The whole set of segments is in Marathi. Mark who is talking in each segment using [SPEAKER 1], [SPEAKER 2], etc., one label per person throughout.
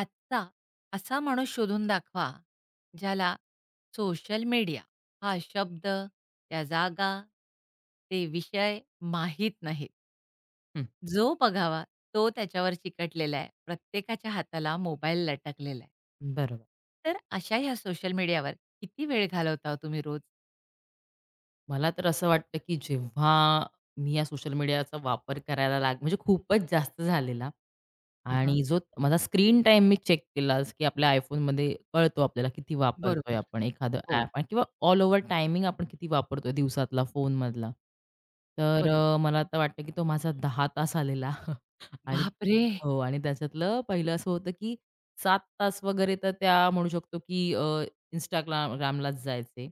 [SPEAKER 1] आत्ता असा माणूस शोधून दाखवा, ज्याला सोशल मीडिया हा शब्द, त्या जागा, ते विषय माहीत नाहीत.
[SPEAKER 2] हं,
[SPEAKER 1] जो बघावा तो त्याच्यावर चिकटलेला आहे. प्रत्येकाच्या हाताला मोबाईल लटकलेला आहे.
[SPEAKER 2] बरोबर.
[SPEAKER 1] तर अशा ह्या सोशल मीडियावर किती वेळ घालवता हो तुम्ही रोज?
[SPEAKER 2] मला तर असं वाटतं, की जेव्हा मी या सोशल मीडियाचा वापर करायला म्हणजे खूपच जास्त झालेला.
[SPEAKER 1] हं, हं.
[SPEAKER 2] आणि जो माझा स्क्रीन टाईम मी चेक केला, जसं की आपल्या iPhoneमध्ये कळतो आपल्याला किती वापरतोय
[SPEAKER 1] बरोबर.
[SPEAKER 2] आपण एखादं
[SPEAKER 1] हो,
[SPEAKER 2] ॲप आणि किंवा ऑल ओव्हर टायमिंग आपण किती वापरतोय दिवसातला फोनमधला. तर
[SPEAKER 1] बरोबर.
[SPEAKER 2] मला आता वाटतं, की तो माझा 10 तास आलेला आणि
[SPEAKER 1] बापरे!
[SPEAKER 2] हो आणि त्याच्यातलं पहिलं असं होतं, की 7 तास वगैरे तर त्या म्हणू शकतो, की जायचे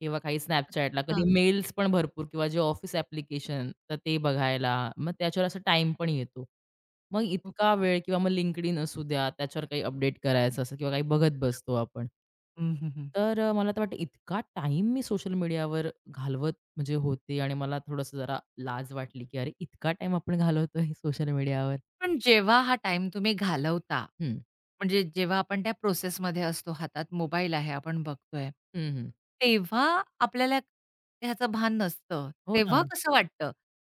[SPEAKER 2] किंवा काही Snapchatला, कधी
[SPEAKER 1] हां.
[SPEAKER 2] मेल्स पण भरपूर किंवा जे ऑफिस ॲप्लिकेशन तर ते बघायला, मग त्याच्यावर असा टाईम पण येतो. मग
[SPEAKER 1] हो.
[SPEAKER 2] इतका वेळ किंवा मग LinkedIn असू द्या, त्याच्यावर काही अपडेट करायचं असेल किंवा काही बघत बसतो आपण.
[SPEAKER 1] हं, हं, हं.
[SPEAKER 2] तर मला तर वाटतं इतका टाइम मी सोशल मीडियावर घालवत म्हणजे होते आणि मला थोडंसं जरा लाज वाटली, की अरे इतका टाइम आपण घालवतोय सोशल मीडियावर.
[SPEAKER 1] पण जेव्हा हा टाईम तुम्ही घालवता,
[SPEAKER 2] हं.
[SPEAKER 1] म्हणजे जेव्हा आपण त्या प्रोसेसमध्ये असतो, हातात मोबाईल आहे, आपण बघतोय,
[SPEAKER 2] हं, हं.
[SPEAKER 1] तेव्हा आपल्याला ह्याचं भान नसतं.
[SPEAKER 2] हो ना.
[SPEAKER 1] तेव्हा कसं वाटतं?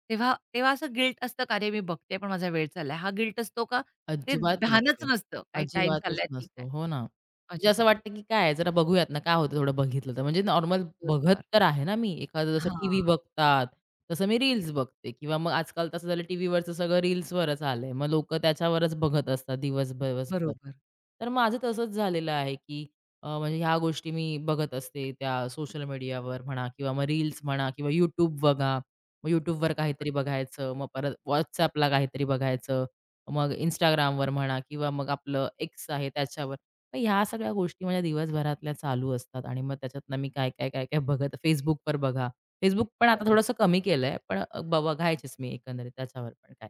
[SPEAKER 1] तेव्हा तेव्हा असं गिल्ट असतं का? "अरे, मी बघते पण माझा वेळ चाललाय." हा गिल्ट असतो का? ते
[SPEAKER 2] अजिबात
[SPEAKER 1] भानच
[SPEAKER 2] नसतो.
[SPEAKER 1] नसतं, काही टाईम
[SPEAKER 2] अजिबातच
[SPEAKER 1] चाललाय, ठीक
[SPEAKER 2] नसतो.
[SPEAKER 1] आहे.
[SPEAKER 2] हो ना. म्हणजे असं
[SPEAKER 1] अजिबात.
[SPEAKER 2] वाटतं, की काय आहे जरा बघूयात ना काय होतं थोडं बघितलं तर. म्हणजे नॉर्मल बघत
[SPEAKER 1] बरोबर.
[SPEAKER 2] तर आहे ना मी. एखादं जसं टीव्ही
[SPEAKER 1] हां.
[SPEAKER 2] बघतात, तसं मी रील्स बघते किंवा मग आजकाल तसं झालं टीव्हीवरचं सगळं रील्सवरच आलंय. मग लोकं त्याच्यावरच बघत असतात दिवसभर दिवसभर.
[SPEAKER 1] बरोबर.
[SPEAKER 2] तर माझं तसंच झालेलं आहे, की म्हणजे ह्या गोष्टी मी बघत असते त्या सोशल मीडियावर म्हणा किंवा मग रील्स म्हणा किंवा YouTube बघा. मग YouTubeवर काहीतरी
[SPEAKER 1] बरोबर.
[SPEAKER 2] बघायचं, मग परत WhatsAppला काहीतरी बघायचं. मग Instagramवर म्हणा किंवा मग आपलं X आहे त्याच्यावर. मग ह्या सगळ्या गोष्टी माझ्या दिवसभरातल्या चालू असतात आणि मग त्याच्यातनं मी काय, काय, काय, काय बघत Facebookवर बघा. Facebook पण आता
[SPEAKER 1] बरोबर.
[SPEAKER 2] थोडंसं कमी केलंय, पण बघायचीच मी एकंदरीत त्याच्यावर पण काय.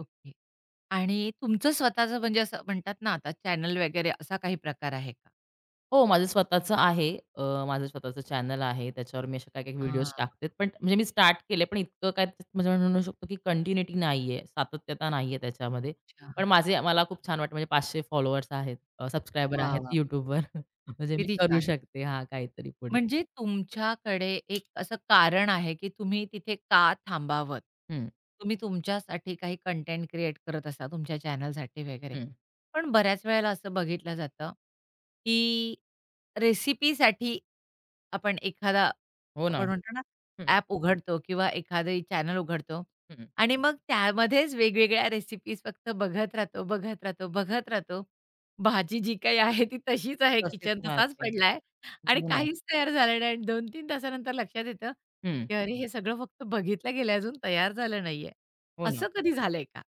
[SPEAKER 1] ओके. आणि तुमचं स्वतःचं म्हणजे असं म्हणतात ना, आता चॅनल वगैरे असा काही प्रकार आहे का?
[SPEAKER 2] हो, माझं स्वतःचं आहे. माझं स्वतःचं चॅनल आहे. त्याच्यावर मी अशा काही-काही
[SPEAKER 1] हां.
[SPEAKER 2] व्हिडिओज टाकते. पण म्हणजे मी स्टार्ट केले, पण इतकं काय त्याच्यात म्हणजे म्हणू शकतो, की कंटिन्यूटी नाहीये, सातत्यता नाहीये त्याच्यामध्ये. पण
[SPEAKER 1] अच्छा.
[SPEAKER 2] माझे मला खूप छान वाटतं, म्हणजे 500 फॉलोअर्स आहेत, सबस्क्रायबर
[SPEAKER 1] वाह,
[SPEAKER 2] आहेत
[SPEAKER 1] वाह!
[SPEAKER 2] YouTubeवर. म्हणजे मी
[SPEAKER 1] किती
[SPEAKER 2] करू
[SPEAKER 1] छान.
[SPEAKER 2] शकते हां, काहीतरी पुढे.
[SPEAKER 1] म्हणजे तुमच्याकडे एक असं कारण आहे, की तुम्ही तिथे का थांबावत?
[SPEAKER 2] हं,
[SPEAKER 1] तुम्ही तुमच्यासाठी काही कंटेंट क्रिएट करत असा तुमच्या चॅनलसाठी वगैरे.
[SPEAKER 2] हं.
[SPEAKER 1] पण बऱ्याच वेळेला असं बघितलं जातं, की रेसिपीसाठी आपण एखादा
[SPEAKER 2] हो ना.
[SPEAKER 1] आपण म्हणतो ना,
[SPEAKER 2] हं,
[SPEAKER 1] ॲप उघडतो किंवा एखादी चॅनल उघडतो
[SPEAKER 2] हं.
[SPEAKER 1] आणि मग त्यामध्येच वेगवेगळ्या रेसिपीज फक्त बघत राहतो, बघत राहतो, बघत राहतो. भाजी जी काही आहे ती तशीच आहे,
[SPEAKER 2] तशीच
[SPEAKER 1] किचन तसाच
[SPEAKER 2] राहते.
[SPEAKER 1] पडलाय आणि
[SPEAKER 2] हो ना.
[SPEAKER 1] काहीच तयार झालं नाही आणि 2-3 तासानंतर लक्षात येतं,
[SPEAKER 2] हं,
[SPEAKER 1] की अरे हे सगळं फक्त बघितलं गेलं अजून तयार झालं नाहीये.
[SPEAKER 2] हो ना.
[SPEAKER 1] असं कधी झालंय का?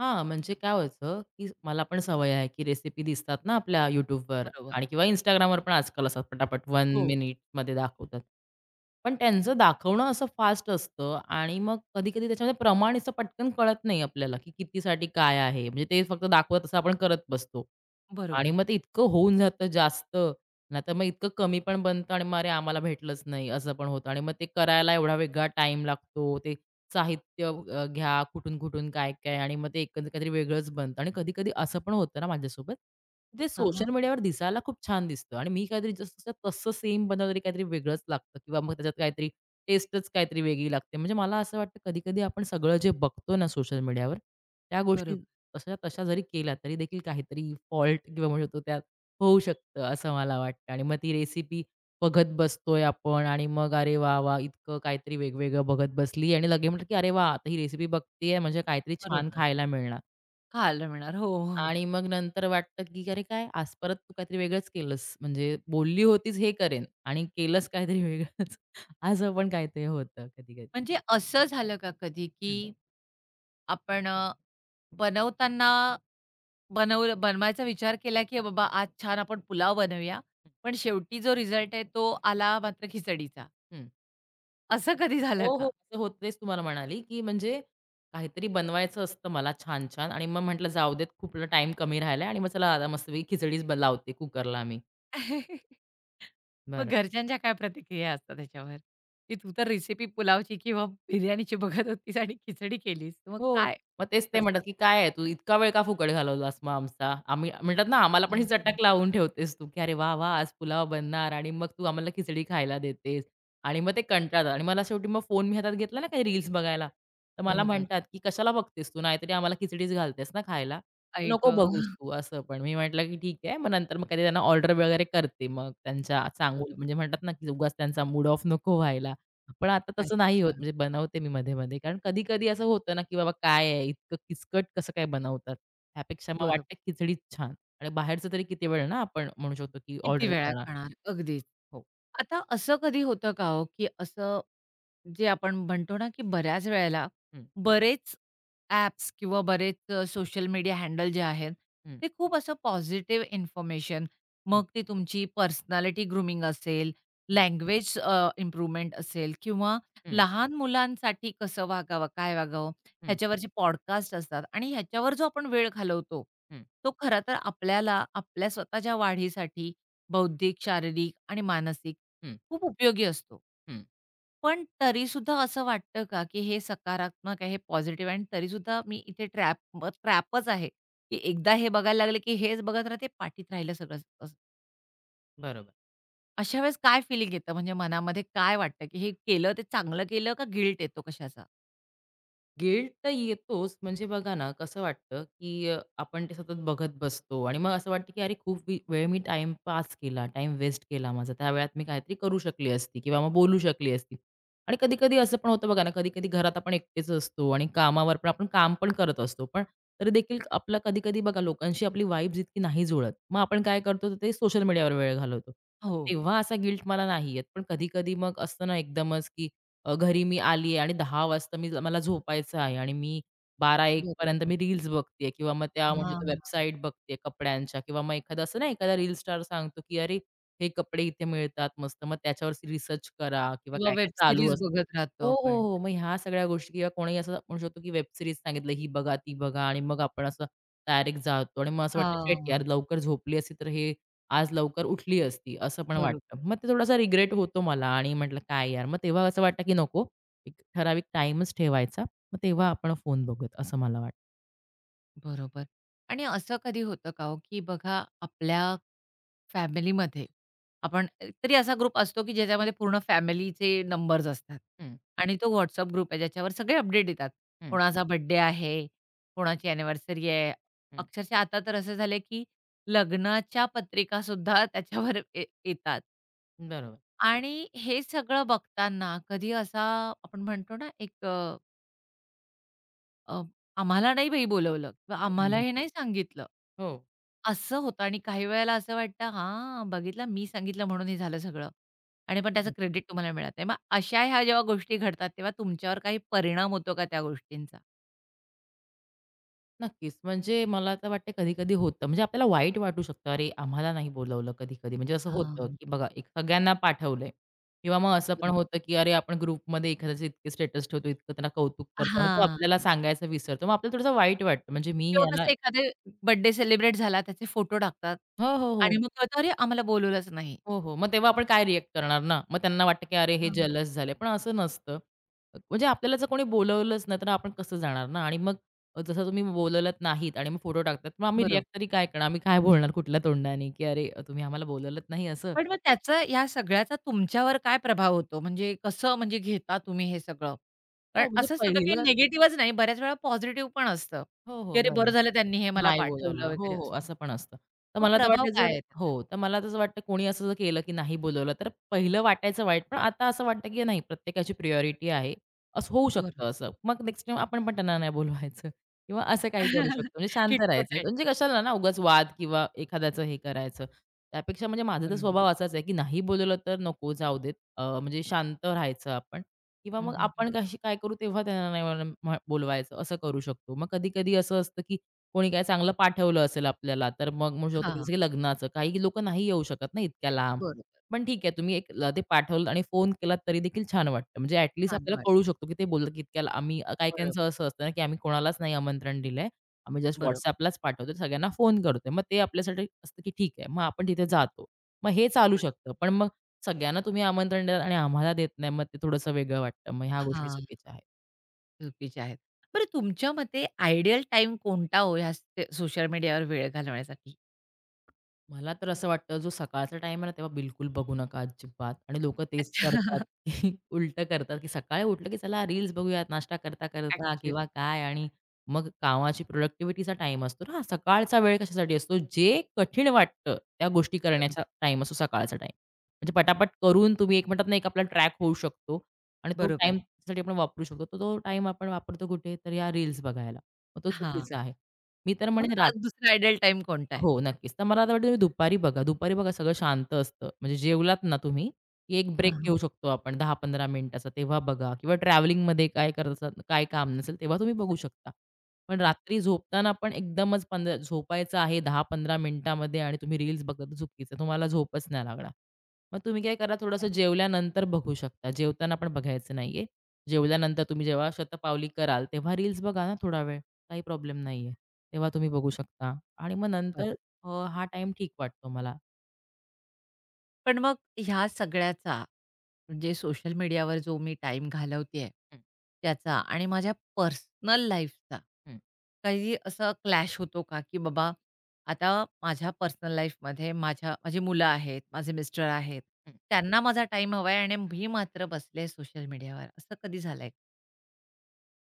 [SPEAKER 2] हां, म्हणजे काय व्हायचं, की मला पण सवय आहे, की रेसिपी दिसतात ना आपल्या YouTubeवर
[SPEAKER 1] बरोबर.
[SPEAKER 2] आणि किंवा Instagramवर पण आजकाल असतात पटापट 1
[SPEAKER 1] हो,
[SPEAKER 2] मिनिटमध्ये दाखवतात. पण त्यांचं दाखवणं असं फास्ट असतं आणि मग कधी-कधी त्याच्यामध्ये प्रमाण असं पटकन कळत नाही आपल्याला, की कितीसाठी काय आहे. म्हणजे ते फक्त दाखवत तसं आपण करत बसतो आणि
[SPEAKER 1] बरोबर.
[SPEAKER 2] मग ते इतकं होऊन जातं जास्त, नाहीतर मग इतकं कमी पण बनतं आणि मग अरे, आम्हाला भेटलंच नाही असं पण होतं आणि मग ते करायला एवढा वेगळा टाईम लागतो. ते साहित्य घ्या, कुठून-कुठून, काय-काय आणि मग ते एकंदर काहीतरी वेगळंच बनतं आणि कधी-कधी असं पण होतं ना माझ्यासोबत, ते सोशल
[SPEAKER 1] हां,
[SPEAKER 2] मीडियावर दिसायला खूप छान दिसतं आणि मी काहीतरी जसं तसं सेम बनवलं तरी काहीतरी वेगळंच लागतं किंवा मग त्याच्यात काहीतरी टेस्टच काहीतरी वेगळी लागते. म्हणजे मला असं वाटतं कधी-कधी आपण सगळं जे बघतो ना सोशल मीडियावर, त्या गोष्टी
[SPEAKER 1] बरोबर,
[SPEAKER 2] तशा तशा जरी केल्या तरी देखील काहीतरी फॉल्ट किंवा म्हणू शकतो त्यात होऊ शकतं असं मला वाटतं आणि मग ती रेसिपी बघत बसतोय आपण आणि मग अरे वाह! वाह! इतकं काहीतरी वेगवेगळं बघत बसली आणि म्हटलं, की "अरे वाह! आता ही रेसिपी बघतेय म्हणजे काहीतरी छान
[SPEAKER 1] बरोबर.
[SPEAKER 2] खायला मिळणार."
[SPEAKER 1] खायला मिळणार. हो, हो.
[SPEAKER 2] आणि मग नंतर वाटतं, की "अरे काय आज परत तू काहीतरी वेगळंच केलंस. म्हणजे बोलली होतीस हे करेन आणि केलंस काहीतरी वेगळंच." असं पण काहीतरी होतं कधी-कधी.
[SPEAKER 1] म्हणजे असं झालं का कधी,
[SPEAKER 2] हं,
[SPEAKER 1] की आपण बनवताना बनवलं बनवायचा विचार केला, की बाबा आज छान आपण पुलाव बनवूया.
[SPEAKER 2] हं,
[SPEAKER 1] पण शेवटी जो रिझल्ट आहे तो आला मात्र खिचडीचा. असं कधी झालं
[SPEAKER 2] हो, हो.
[SPEAKER 1] का?
[SPEAKER 2] असं होतं तेच तुम्हाला म्हणाली, की म्हणजे काहीतरी बनवायचं असतं मला छान-छान आणि मग म्हटलं, "जाऊ देत खूप टाईम कमी राहिलाय आणि मग चला आता मस्तपैकी खिचडीच लावते कुकरला मी."
[SPEAKER 1] मग
[SPEAKER 2] बरं.
[SPEAKER 1] घरच्यांच्या काय प्रतिक्रिया असतात त्याच्यावर? की तू तर रेसिपी पुलावची किंवा बिर्याणीची बघत होतीस आणि खिचडी केलीस. मग
[SPEAKER 2] हो.
[SPEAKER 1] काय
[SPEAKER 2] मग तेच ते म्हणतात,
[SPEAKER 1] असतं?
[SPEAKER 2] की "काय आहे तू इतका वेळ का फुकट घालवलास मग आमचा?" आम्ही म्हणतात ना, "आम्हाला पण ही
[SPEAKER 1] हं,
[SPEAKER 2] चटक लावून ठेवतेस तू, की अरे वाह! वाह! आज पुलाव बनणार आणि मग तू आम्हाला खिचडी खायला देतेस." आणि मग ते कंटाळतात आणि मला शेवटी मग फोन मी हातात घेतला ना काही रील्स बघायला, तर मला
[SPEAKER 1] बरोबर.
[SPEAKER 2] म्हणतात, की "कशाला बघतेस तू? नाहीतरी आम्हाला खिचडीच घालतेस ना खायला.
[SPEAKER 1] आई
[SPEAKER 2] नको बघूस तू." असं पण. मी म्हटलं, की "ठीक आहे." मग नंतर मग कधी त्यांना ऑर्डर वगैरे करते मग त्यांच्या सांगून
[SPEAKER 1] बरोबर.
[SPEAKER 2] म्हणजे म्हणतात ना, की उगाच त्यांचा मूड ऑफ नको व्हायला. पण आता तसं नाही होत.
[SPEAKER 1] अच्छा.
[SPEAKER 2] म्हणजे बनवते मी मध्ये-मध्ये. कारण कधी-कधी असं होतं ना, की बाबा काय आहे, इतकं किचकट कसं काय बनवतात? त्यापेक्षा मग
[SPEAKER 1] बरोबर.
[SPEAKER 2] वाटतं खिचडीच छान आणि बाहेरचं तरी किती वेळ ना आपण म्हणू शकतो, की
[SPEAKER 1] किती
[SPEAKER 2] ऑर्डर
[SPEAKER 1] वेळा
[SPEAKER 2] करणार.
[SPEAKER 1] खाणार? अगदीच.
[SPEAKER 2] हो.
[SPEAKER 1] आता असं कधी होतं का हो, की असं जे आपण म्हणतो ना, की बऱ्याच वेळेला
[SPEAKER 2] हं,
[SPEAKER 1] बरेच ॲप्स किंवा बरेच सोशल मीडिया हँडल जे आहेत,
[SPEAKER 2] हं,
[SPEAKER 1] ते खूप असं पॉझिटिव्ह इन्फॉर्मेशन,
[SPEAKER 2] हं,
[SPEAKER 1] मग ती तुमची पर्सनॅलिटी ग्रूमिंग असेल,
[SPEAKER 2] हं,
[SPEAKER 1] लँग्वेज इम्प्रूव्हमेंट असेल किंवा
[SPEAKER 2] हं,
[SPEAKER 1] लहान मुलांसाठी कसं वागावं, काय वागावं,
[SPEAKER 2] हं,
[SPEAKER 1] ह्याच्यावरचे पॉडकास्ट असतात आणि ह्याच्यावर जो आपण वेळ घालवतो,
[SPEAKER 2] हं,
[SPEAKER 1] तो खरं तर आपल्याला आपल्या स्वतःच्या वाढीसाठी बौद्धिक, शारीरिक आणि मानसिक
[SPEAKER 2] हं,
[SPEAKER 1] खूप उपयोगी असतो.
[SPEAKER 2] हं.
[SPEAKER 1] पण तरीसुद्धा असं वाटतं का, की हे सकारात्मक आहे, हे पॉझिटिव्ह आहे तरीसुद्धा मी इथे ट्रॅपच आहे, की एकदा हे बघायला लागले, की हेच बघत राहते, पाठीत राहिलं सगळंच. असं
[SPEAKER 2] बरोबर.
[SPEAKER 1] अशा वेळेस काय फीलिंग येतं? म्हणजे मनामध्ये काय वाटतं, की हे केलं ते चांगलं केलं का गिल्ट येतो कशाचा?
[SPEAKER 2] गिल्ट तर येतोच. म्हणजे बघा ना, कसं वाटतं, की आपण ते सतत बघत बसतो आणि मग असं वाटतं, की अरे खूप वेळ मी टाईम पास केला, टाइम वेस्ट केला माझा. त्या वेळात मी काहीतरी करू शकली असती किंवा मग बोलू शकली असती. आणि कधी-कधी असं पण होतं बघा ना, कधी-कधी घरात आपण एकटेच असतो आणि कामावर पण आपण काम पण करत असतो. पण तरी देखील आपलं कधी-कधी बघा लोकांशी आपली वाइब जितकी नाही जुळत. मग आपण काय करतो, तर ते सोशल मीडियावर वेळ घालवतो. पण
[SPEAKER 1] हो,
[SPEAKER 2] तेव्हा असा गिल्ट मला नाही येत. पण कधी-कधी मग असतं ना एकदमच, की घरी मी आली आहे आणि 10 वाजता मी मला झोपायचं आहे आणि मी 12 एक पर्यंत
[SPEAKER 1] बरोबर.
[SPEAKER 2] मी रील्स बघतेय किंवा मग त्या म्हणजे
[SPEAKER 1] हां,
[SPEAKER 2] त्या वेबसाईट बघते कपड्यांच्या किंवा मग एखादा असं नाही एखादा रील स्टार सांगतो, की "अरे, हे कपडे इथे मिळतात मस्त, मग त्याच्यावर रिसर्च करा" किंवा
[SPEAKER 1] किंवा
[SPEAKER 2] काय-काय
[SPEAKER 1] वेब
[SPEAKER 2] चालू
[SPEAKER 1] सीरीज
[SPEAKER 2] असतं.
[SPEAKER 1] बघत
[SPEAKER 2] हो,
[SPEAKER 1] राहतो
[SPEAKER 2] हो,
[SPEAKER 1] आपण.
[SPEAKER 2] हो. मग ह्या सगळ्या गोष्टी किंवा कोणी असं म्हणू शकतो, की वेब सीरीज सांगितलं, ही बघा, ती बघा आणि मग आपण असं डायरेक्ट जातो आणि मग असं वाटतं, "शिट यार,
[SPEAKER 1] हां,
[SPEAKER 2] लवकर झोपली असती तर हे आज लवकर उठली असती, असं पण हं.
[SPEAKER 1] बरोबर.
[SPEAKER 2] वाटतं. मग ते थोडासा रिग्रेट होतो मला आणि म्हटलं, "काय यार!" मग तेव्हा असं वाटतं, की नको एक ठराविक टाईमच ठेवायचा. मग तेव्हा आपण फोन बघूयात, असं मला वाटतं.
[SPEAKER 1] बरोबर. आणि असं कधी होतं का हो, की बघा आपल्या फॅमिलीमध्ये आपण तरी असा ग्रुप असतो, की ज्याच्यामध्ये पूर्ण फॅमिलीचे नंबर्स असतात
[SPEAKER 2] हं,
[SPEAKER 1] आणि तो WhatsApp ग्रुप आहे ज्याच्यावर सगळे अपडेट येतात.
[SPEAKER 2] हं,
[SPEAKER 1] कोणाचा बर्थडे आहे, कोणाची अॅनिव्हर्सरी आहे.
[SPEAKER 2] हं.
[SPEAKER 1] अक्षरशः आता तर असं झालंय, की लग्नाच्या पत्रिकासुद्धा त्याच्यावर येतात.
[SPEAKER 2] बरोबर.
[SPEAKER 1] आणि हे सगळं बघताना कधी असा आपण म्हणतो ना, एक अ, अ, आम्हाला नाही बाई बोलवलं किंवा
[SPEAKER 2] हं, हं,
[SPEAKER 1] आम्हाला
[SPEAKER 2] हं.
[SPEAKER 1] हे नाही सांगितलं.
[SPEAKER 2] हो.
[SPEAKER 1] असं होतं आणि काही वेळेला असं वाटतं, "हां, बघितलं मी सांगितलं म्हणून हे झालं सगळं." आणि पण त्याचं
[SPEAKER 2] बरोबर.
[SPEAKER 1] क्रेडिट तुम्हाला मिळत नाही. मग अशा ह्या जेव्हा गोष्टी घडतात, तेव्हा तुमच्यावर काही परिणाम होतो का त्या गोष्टींचा?
[SPEAKER 2] नक्कीच. म्हणजे मला तर वाटते कधी-कधी होतं. म्हणजे आपल्याला वाईट वाटू शकतं, "अरे, आम्हाला नाही बोलावलं कधी-कधी." म्हणजे असं होतं,
[SPEAKER 1] हां,
[SPEAKER 2] की बघा एक सगळ्यांना पाठवलंय किंवा मग असं पण
[SPEAKER 1] बरोबर.
[SPEAKER 2] होतं, की अरे, आपण ग्रुपमध्ये एखाद्याचे इतके स्टेटस ठेवतो, इतकं त्यांना कौतुक करतो आणि तो
[SPEAKER 1] हां.
[SPEAKER 2] आपल्याला सांगायचं विसरतो. मग आपल्याला थोडंसं वाईट वाटतं. म्हणजे मी
[SPEAKER 1] किंवा
[SPEAKER 2] याला
[SPEAKER 1] कसं एखादे बर्थडे सेलिब्रेट झाला, त्याचे फोटो टाकतात
[SPEAKER 2] हो, हो, हो.
[SPEAKER 1] आणि मग कळतं, "अरे, आम्हाला बोलवलंच नाही."
[SPEAKER 2] हो, हो. मग तेव्हा आपण काय रिएक्ट करणार ना? मग त्यांना वाटतं, की "अरे, हे
[SPEAKER 1] हां.
[SPEAKER 2] जलस झाले." पण असं नसतं. म्हणजे आपल्याला जर कोणी बोलवलंच नाही, तर आपण कसं जाणार ना? आणि मग जसं तुम्ही बोलवलत नाहीत आणि मग फोटो टाकतात, मग आम्ही
[SPEAKER 1] बरोबर.
[SPEAKER 2] रिएक्ट तरी काय करणार? आम्ही काय बोलणार कुठल्या तोंडाने, की "अरे, तुम्ही आम्हाला बोलवलत नाही" असं.
[SPEAKER 1] पण मग त्याचा या सगळ्याचा तुमच्यावर काय प्रभाव होतो? म्हणजे कसं म्हणजे घेता तुम्ही हे सगळं? कारण
[SPEAKER 2] हो, म्हणजे
[SPEAKER 1] असं सगळं काही
[SPEAKER 2] पहिलं
[SPEAKER 1] निगेटिव्हच नाही, बऱ्याच वेळा पॉझिटिव्ह पण असतं,
[SPEAKER 2] हो,
[SPEAKER 1] की
[SPEAKER 2] हो.
[SPEAKER 1] "अरे बरं
[SPEAKER 2] बरोबर.
[SPEAKER 1] झालं त्यांनी हे मला
[SPEAKER 2] नाही
[SPEAKER 1] पाठवलं"
[SPEAKER 2] बोलावलं. हो,
[SPEAKER 1] वगैरे
[SPEAKER 2] हो,
[SPEAKER 1] असं.
[SPEAKER 2] असं पण असतं. तर
[SPEAKER 1] मग
[SPEAKER 2] मला तर
[SPEAKER 1] प्रभाव
[SPEAKER 2] वाटतं
[SPEAKER 1] काय
[SPEAKER 2] जर
[SPEAKER 1] आहे त्याचा?
[SPEAKER 2] हो, तर मला तसं वाटतं कोणी असं जर केलं की नाही बोलवलं, तर पहिलं वाटायचं वाईट, पण आता असं वाटतं की नाही प्रत्येकाची प्रायोरिटी आहे. असं होऊ
[SPEAKER 1] बरोबर.
[SPEAKER 2] शकतं असं. मग नेक्स्ट टाईम आपण पण त्यांना नाही बोलवायचं किंवा असं काही करू शकतो. म्हणजे शांत
[SPEAKER 1] खिटपट
[SPEAKER 2] राहायचं.
[SPEAKER 1] आहे.
[SPEAKER 2] म्हणजे कशाला ना उगाच वाद किंवा एखाद्याचं हे करायचं. त्यापेक्षा म्हणजे माझा तर
[SPEAKER 1] बरोबर.
[SPEAKER 2] स्वभाव असाच आहे की नाही बोलवलं तर नको जाऊ देत. म्हणजे शांत राहायचं आपण किंवा
[SPEAKER 1] हं,
[SPEAKER 2] मग
[SPEAKER 1] हं, हं.
[SPEAKER 2] आपण कशी काय करू तेव्हा त्यांना नाही बोलवायचं असं करू शकतो. मग कधी-कधी असं असतं की कोणी काय चांगलं पाठवलं असेल आपल्याला, तर मग म्हणू शकतो की
[SPEAKER 1] हां,
[SPEAKER 2] जसं की लग्नाचं. काही लोकं नाही येऊ शकत ना इतक्या लांब.
[SPEAKER 1] बरोबर.
[SPEAKER 2] पण ठीक आहे तुम्ही एक ते पाठवलं आणि फोन केला तरी देखील छान वाटतं. म्हणजे ॲट लीस्ट
[SPEAKER 1] छान
[SPEAKER 2] आपल्याला
[SPEAKER 1] वाटतं.
[SPEAKER 2] कळू शकतो की ते बोलतात की इतक्याला आम्ही
[SPEAKER 1] बरोबर,
[SPEAKER 2] काही-काहींचं असं असतं ना, की आम्ही कोणालाच नाही आमंत्रण दिलंय. आम्ही जस्ट
[SPEAKER 1] बरोबर,
[SPEAKER 2] WhatsAppलाच पाठवतो. सगळ्यांना फोन करतोय. मग ते आपल्यासाठी असतं की ठीक आहे. मग आपण तिथे जातो. मग हे चालू
[SPEAKER 1] बरोबर.
[SPEAKER 2] शकतं. पण मग सगळ्यांना तुम्ही आमंत्रण द्याल आणि आम्हाला देत नाही, मग ते थोडंसं वेगळं वाटतं. मग ह्या गोष्टी
[SPEAKER 1] हां,
[SPEAKER 2] चुकीच्या आहेत.
[SPEAKER 1] चुकीचे आहेत. बरं तुमच्या मते आयडियल टाइम कोणता हो ह्या सोशल मीडियावर वेळ घालवण्यासाठी?
[SPEAKER 2] मला तर असं वाटतं जो सकाळचा टाईम आहे ना, तेव्हा बिलकुल बघू नका अजिबात आणि लोकं तेच
[SPEAKER 1] अच्छा.
[SPEAKER 2] करतात, की उलटं करतात, की सकाळी उठलं, की चला रील्स बघूयात नाश्ता करता-करता किंवा
[SPEAKER 1] ॲक्चुअली.
[SPEAKER 2] काय आणि मग कामाची प्रोडक्टिव्हिटीचा टाईम असतो ना, सकाळचा वेळ कशासाठी असतो? जे कठीण वाटतं त्या गोष्टी
[SPEAKER 1] बरोबर,
[SPEAKER 2] करण्याचा टाईम असतो सकाळचा टाईम. म्हणजे पटापट करून तुम्ही एक म्हणतात ना, एक आपला ट्रॅक होऊ शकतो आणि तो
[SPEAKER 1] बरोबर.
[SPEAKER 2] टाईम साठी आपण वापरू शकतो. तर तो टाईम आपण वापरतो कुठे? तर या रील्स बघायला. मग तो
[SPEAKER 1] हां.
[SPEAKER 2] चुकीचा आहे. मी तर
[SPEAKER 1] मग
[SPEAKER 2] म्हणेन
[SPEAKER 1] दुसरा आयडल टाईम कोणता आहे?
[SPEAKER 2] हो, नक्कीच. तर मला आता वाटतं तुम्ही दुपारी बघा. दुपारी बघा सगळं शांत असतं. म्हणजे जेवलात ना तुम्ही, की एक
[SPEAKER 1] हां,
[SPEAKER 2] ब्रेक
[SPEAKER 1] हां.
[SPEAKER 2] घेऊ शकतो आपण 10-15 मिनिटाचा, तेव्हा बघा किंवा ट्रॅव्हलिंगमध्ये काय करत असाल, काय काम नसेल तेव्हा तुम्ही बघू शकता. पण
[SPEAKER 1] अच्छा,
[SPEAKER 2] रात्री झोपताना पण एकदमच झोपायचं आहे 10-15 मिनिटामध्ये आणि तुम्ही रील्स बघत चुकीचं, तुम्हाला झोपच नाही लागणार. मग तुम्ही काय करा थोडंसं जेवल्यानंतर बघू शकता. जेवताना पण बघायचं नाहीये. जेवल्यानंतर तुम्ही जेव्हा शतपावली कराल, तेव्हा रील्स बघा ना थोडा वेळ. काही प्रॉब्लेम नाहीये. तेव्हा तुम्ही बघू शकता आणि मग नंतर
[SPEAKER 1] बरोबर.
[SPEAKER 2] हा टाइम ठीक वाटतो मला.
[SPEAKER 1] पण मग ह्या सगळ्याचा म्हणजे सोशल मीडियावर जो मी टाईम घालवतेय,
[SPEAKER 2] हं,
[SPEAKER 1] त्याचा आणि माझ्या पर्सनल लाईफचा
[SPEAKER 2] हं,
[SPEAKER 1] काही असा क्लॅश होतो का, की बाबा आता माझ्या पर्सनल लाईफमध्ये माझी मुलं आहेत, माझे मिस्टर आहेत.
[SPEAKER 2] हं.
[SPEAKER 1] त्यांना माझा टाईम हवा आहे आणि मी मात्र बसले सोशल मीडियावर. असं कधी झालंय?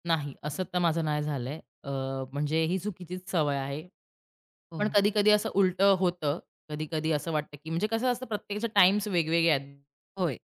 [SPEAKER 2] नाही, असं तर माझं नाही झालंय. म्हणजे ही चुकीचीच सवय आहे.
[SPEAKER 1] हो,
[SPEAKER 2] पण
[SPEAKER 1] हो.
[SPEAKER 2] कधी-कधी असं उलटं होतं. कधी-कधी असं वाटतं, की म्हणजे कसं असतं प्रत्येकाचे टाइम्स वेगवेगळे आहेत.
[SPEAKER 1] होय.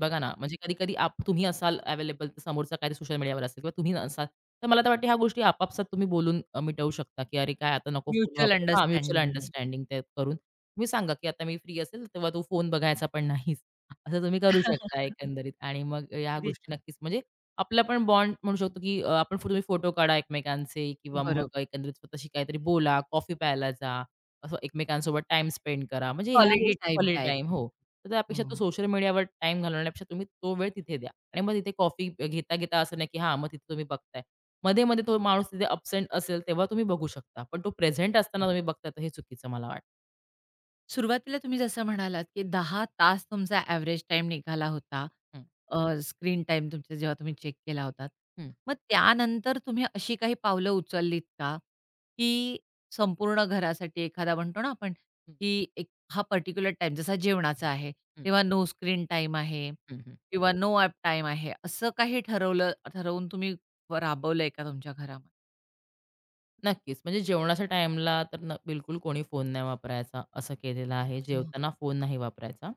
[SPEAKER 2] बघा ना, म्हणजे कधी-कधी तुम्ही असाल अवेलेबल, तर समोरचा काहीतरी सोशल मीडियावर असेल किंवा तुम्ही असाल तर मला तर वाटतं ह्या गोष्टी आपापसात तुम्ही बोलून मिटवू शकता, की "अरे काय आता नको फोन
[SPEAKER 1] म्युच्युअल
[SPEAKER 2] वापरू." हां, म्युच्युअल
[SPEAKER 1] अंडरस्टँडिंगने.
[SPEAKER 2] अंडरस्टँडिंग ते करून तुम्ही सांगा, की "आता मी फ्री असेल, तेव्हा तू फोन बघायचा पण नाहीस." असं तुम्ही करू शकता एकंदरीत आणि मग ह्या
[SPEAKER 1] किती
[SPEAKER 2] गोष्टी
[SPEAKER 1] छान.
[SPEAKER 2] नक्कीच म्हणजे आपला पण बॉन्ड म्हणू शकतो, की आपण तुम्ही फोटो काढा एकमेकांचे किंवा मग
[SPEAKER 1] बरोबर.
[SPEAKER 2] एकंदरीत स्वतःशी काहीतरी बोला, कॉफी प्यायला जा, असं एकमेकांसोबत टाईम स्पेंड करा. म्हणजे ह्या
[SPEAKER 1] क्वालिटी
[SPEAKER 2] गोष्टी
[SPEAKER 1] टाईम
[SPEAKER 2] क्वालिटी
[SPEAKER 1] द्या एक
[SPEAKER 2] टाईम हो. तर त्यापेक्षा
[SPEAKER 1] हो,
[SPEAKER 2] तो सोशल मीडियावर टाईम घालवण्यापेक्षा तुम्ही तो वेळ तिथे द्या आणि मग तिथे कॉफी घेता घेता असं नाही की हां, मग तिथे तुम्ही बघताय. मध्ये-मध्ये तो माणूस तिथे अब्सेंट असेल तेव्हा तुम्ही बघू शकता. पण तो प्रेझेंट असताना
[SPEAKER 1] हं.
[SPEAKER 2] तुम्ही बघताय तर हे चुकीचं मला वाटतं.
[SPEAKER 1] सुरुवातीला तुम्ही जसं म्हणालात, की 10 तास तुमचा एव्हरेज टाईम निघाला होता.
[SPEAKER 2] हं,
[SPEAKER 1] स्क्रीन टाईम तुमचा जेव्हा तुम्ही चेक केला होता
[SPEAKER 2] हं,
[SPEAKER 1] मग त्यानंतर तुम्ही अशी काही पावलं उचललीत का, की संपूर्ण घरासाठी एखादा म्हणतो ना आपण,
[SPEAKER 2] हं,
[SPEAKER 1] की एक हा पर्टिक्युलर टाईम जसा जेवणाचा आहे,
[SPEAKER 2] हं,
[SPEAKER 1] तेव्हा नो स्क्रीन टाईम आहे
[SPEAKER 2] हं, हं.
[SPEAKER 1] किंवा नो ॲप टाईम आहे, असं काही ठरवून तुम्ही राबवलंय का तुमच्या घरामध्ये?
[SPEAKER 2] नक्कीच. म्हणजे जेवणाच्या टाईमला तर बिलकुल कोणी फोन नाही वापरायचा असं केलेलं आहे.
[SPEAKER 1] अच्छा.
[SPEAKER 2] जेवताना फोन नाही वापरायचा.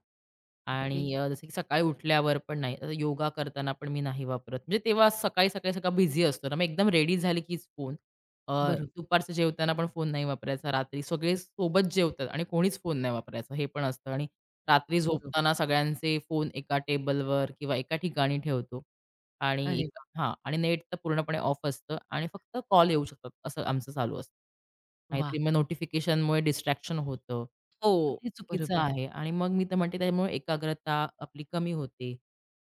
[SPEAKER 1] ओके.
[SPEAKER 2] आणि जसं की सकाळी उठल्यावर पण नाही. योगा करताना पण मी नाही वापरत. म्हणजे तेव्हा सकाळी-सकाळी सगळा बिझी असतो ना, मग एकदम रेडी झाली कीच फोन.
[SPEAKER 1] बरोबर,
[SPEAKER 2] दुपारचं जेवताना पण फोन नाही वापरायचा. रात्री सगळे सोबत जेवतात आणि कोणीच फोन नाही वापरायचा हे पण असतं आणि रात्री
[SPEAKER 1] बरोबर.
[SPEAKER 2] झोपताना सगळ्यांचे फोन एका टेबलवर किंवा एका ठिकाणी ठेवतो आणि
[SPEAKER 1] अरे
[SPEAKER 2] एक
[SPEAKER 1] वाह!
[SPEAKER 2] हां आणि नेट तर पूर्णपणे ऑफ असतं आणि फक्त कॉल येऊ शकतात असं आमचं चालू असतं. नाहीतरी
[SPEAKER 1] वाह!
[SPEAKER 2] मग नोटिफिकेशनमुळे डिस्ट्रॅक्शन होतं.
[SPEAKER 1] हो,
[SPEAKER 2] तर ते चुकीचं
[SPEAKER 1] बरोबर.
[SPEAKER 2] आहे आणि मग मी तर म्हणते त्यामुळे एकाग्रता आपली कमी होते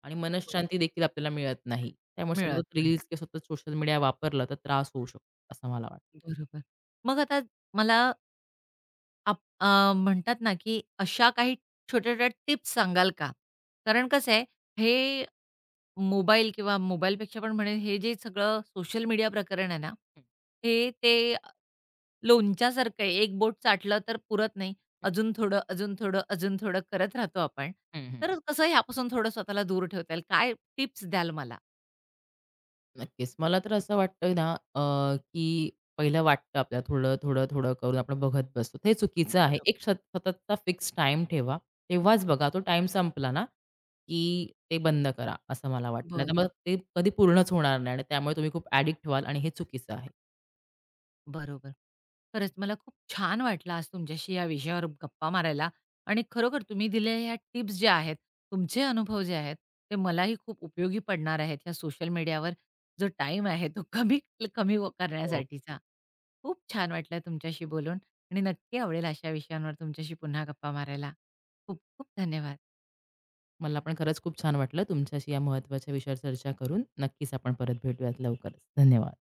[SPEAKER 2] आणि
[SPEAKER 1] होय.
[SPEAKER 2] मनःशांती देखील आपल्याला मिळत नाही. त्यामुळे
[SPEAKER 1] मिळत
[SPEAKER 2] सतत
[SPEAKER 1] नाही.
[SPEAKER 2] रील्स किंवा सतत सोशल मीडिया वापरला तर त्रास होऊ शकतो, असं मला वाटतं.
[SPEAKER 1] बरोबर. मग आता मला म्हणतात ना, की अशा काही छोट्या-छोट्या टिप्स सांगाल का? कारण कसं आहे, हे मोबाईल किंवा मोबाईलपेक्षा पण म्हणेन हे जे सगळं सोशल मीडिया प्रकरण आहे ना, ते लोणच्यासारखं आहे. एक बोट चाटलं तर पुरत नाही.
[SPEAKER 2] हं,
[SPEAKER 1] अजून थोडं, अजून थोडं, अजून थोडं करत राहतो आपण.
[SPEAKER 2] हं, हं, हं.
[SPEAKER 1] तर कसं ह्यापासून थोडं स्वतःला दूर ठेवता येईल? काय टिप्स द्याल मला?
[SPEAKER 2] नक्कीच. मला तर असं वाटतं ना, की पहिलं वाटतं आपल्याला थोडं, थोडं, थोडं करून आपण बघत बसतो. हे चुकीचं आहे.
[SPEAKER 1] बरं.
[SPEAKER 2] एक सततचा फिक्स टाइम ठेवा. तेव्हाच बघा. तो टाईम संपला ना, की ते बंद करा, असं मला वाटतं. नाहीतर मग ते कधी पूर्णच होणार नाही आणि त्यामुळे तुम्ही खूप ॲडिक्ट व्हाल आणि हे चुकीचं आहे.
[SPEAKER 1] बरोबर. खरंच मला खूप छान वाटलं आज तुमच्याशी या विषयावर गप्पा मारायला आणि खरोखर तुम्ही दिलेल्या ह्या टिप्स ज्या आहेत, तुमचे अनुभव जे आहेत, ते मलाही खूप उपयोगी पडणार आहेत. ह्या सोशल मीडियावर जो टाईम आहे तो कमी कमी व- करण्यासाठीचा. खूप छान वाटलं तुमच्याशी बोलून आणि नक्की आवडेल अशा विषयांवर तुमच्याशी पुन्हा गप्पा मारायला. खूप खूप धन्यवाद.
[SPEAKER 2] मला पण खरंच खूप छान वाटलं तुमच्याशी या महत्त्वाच्या विषयावर चर्चा करून. नक्कीच आपण परत भेटूयात लवकरच. धन्यवाद.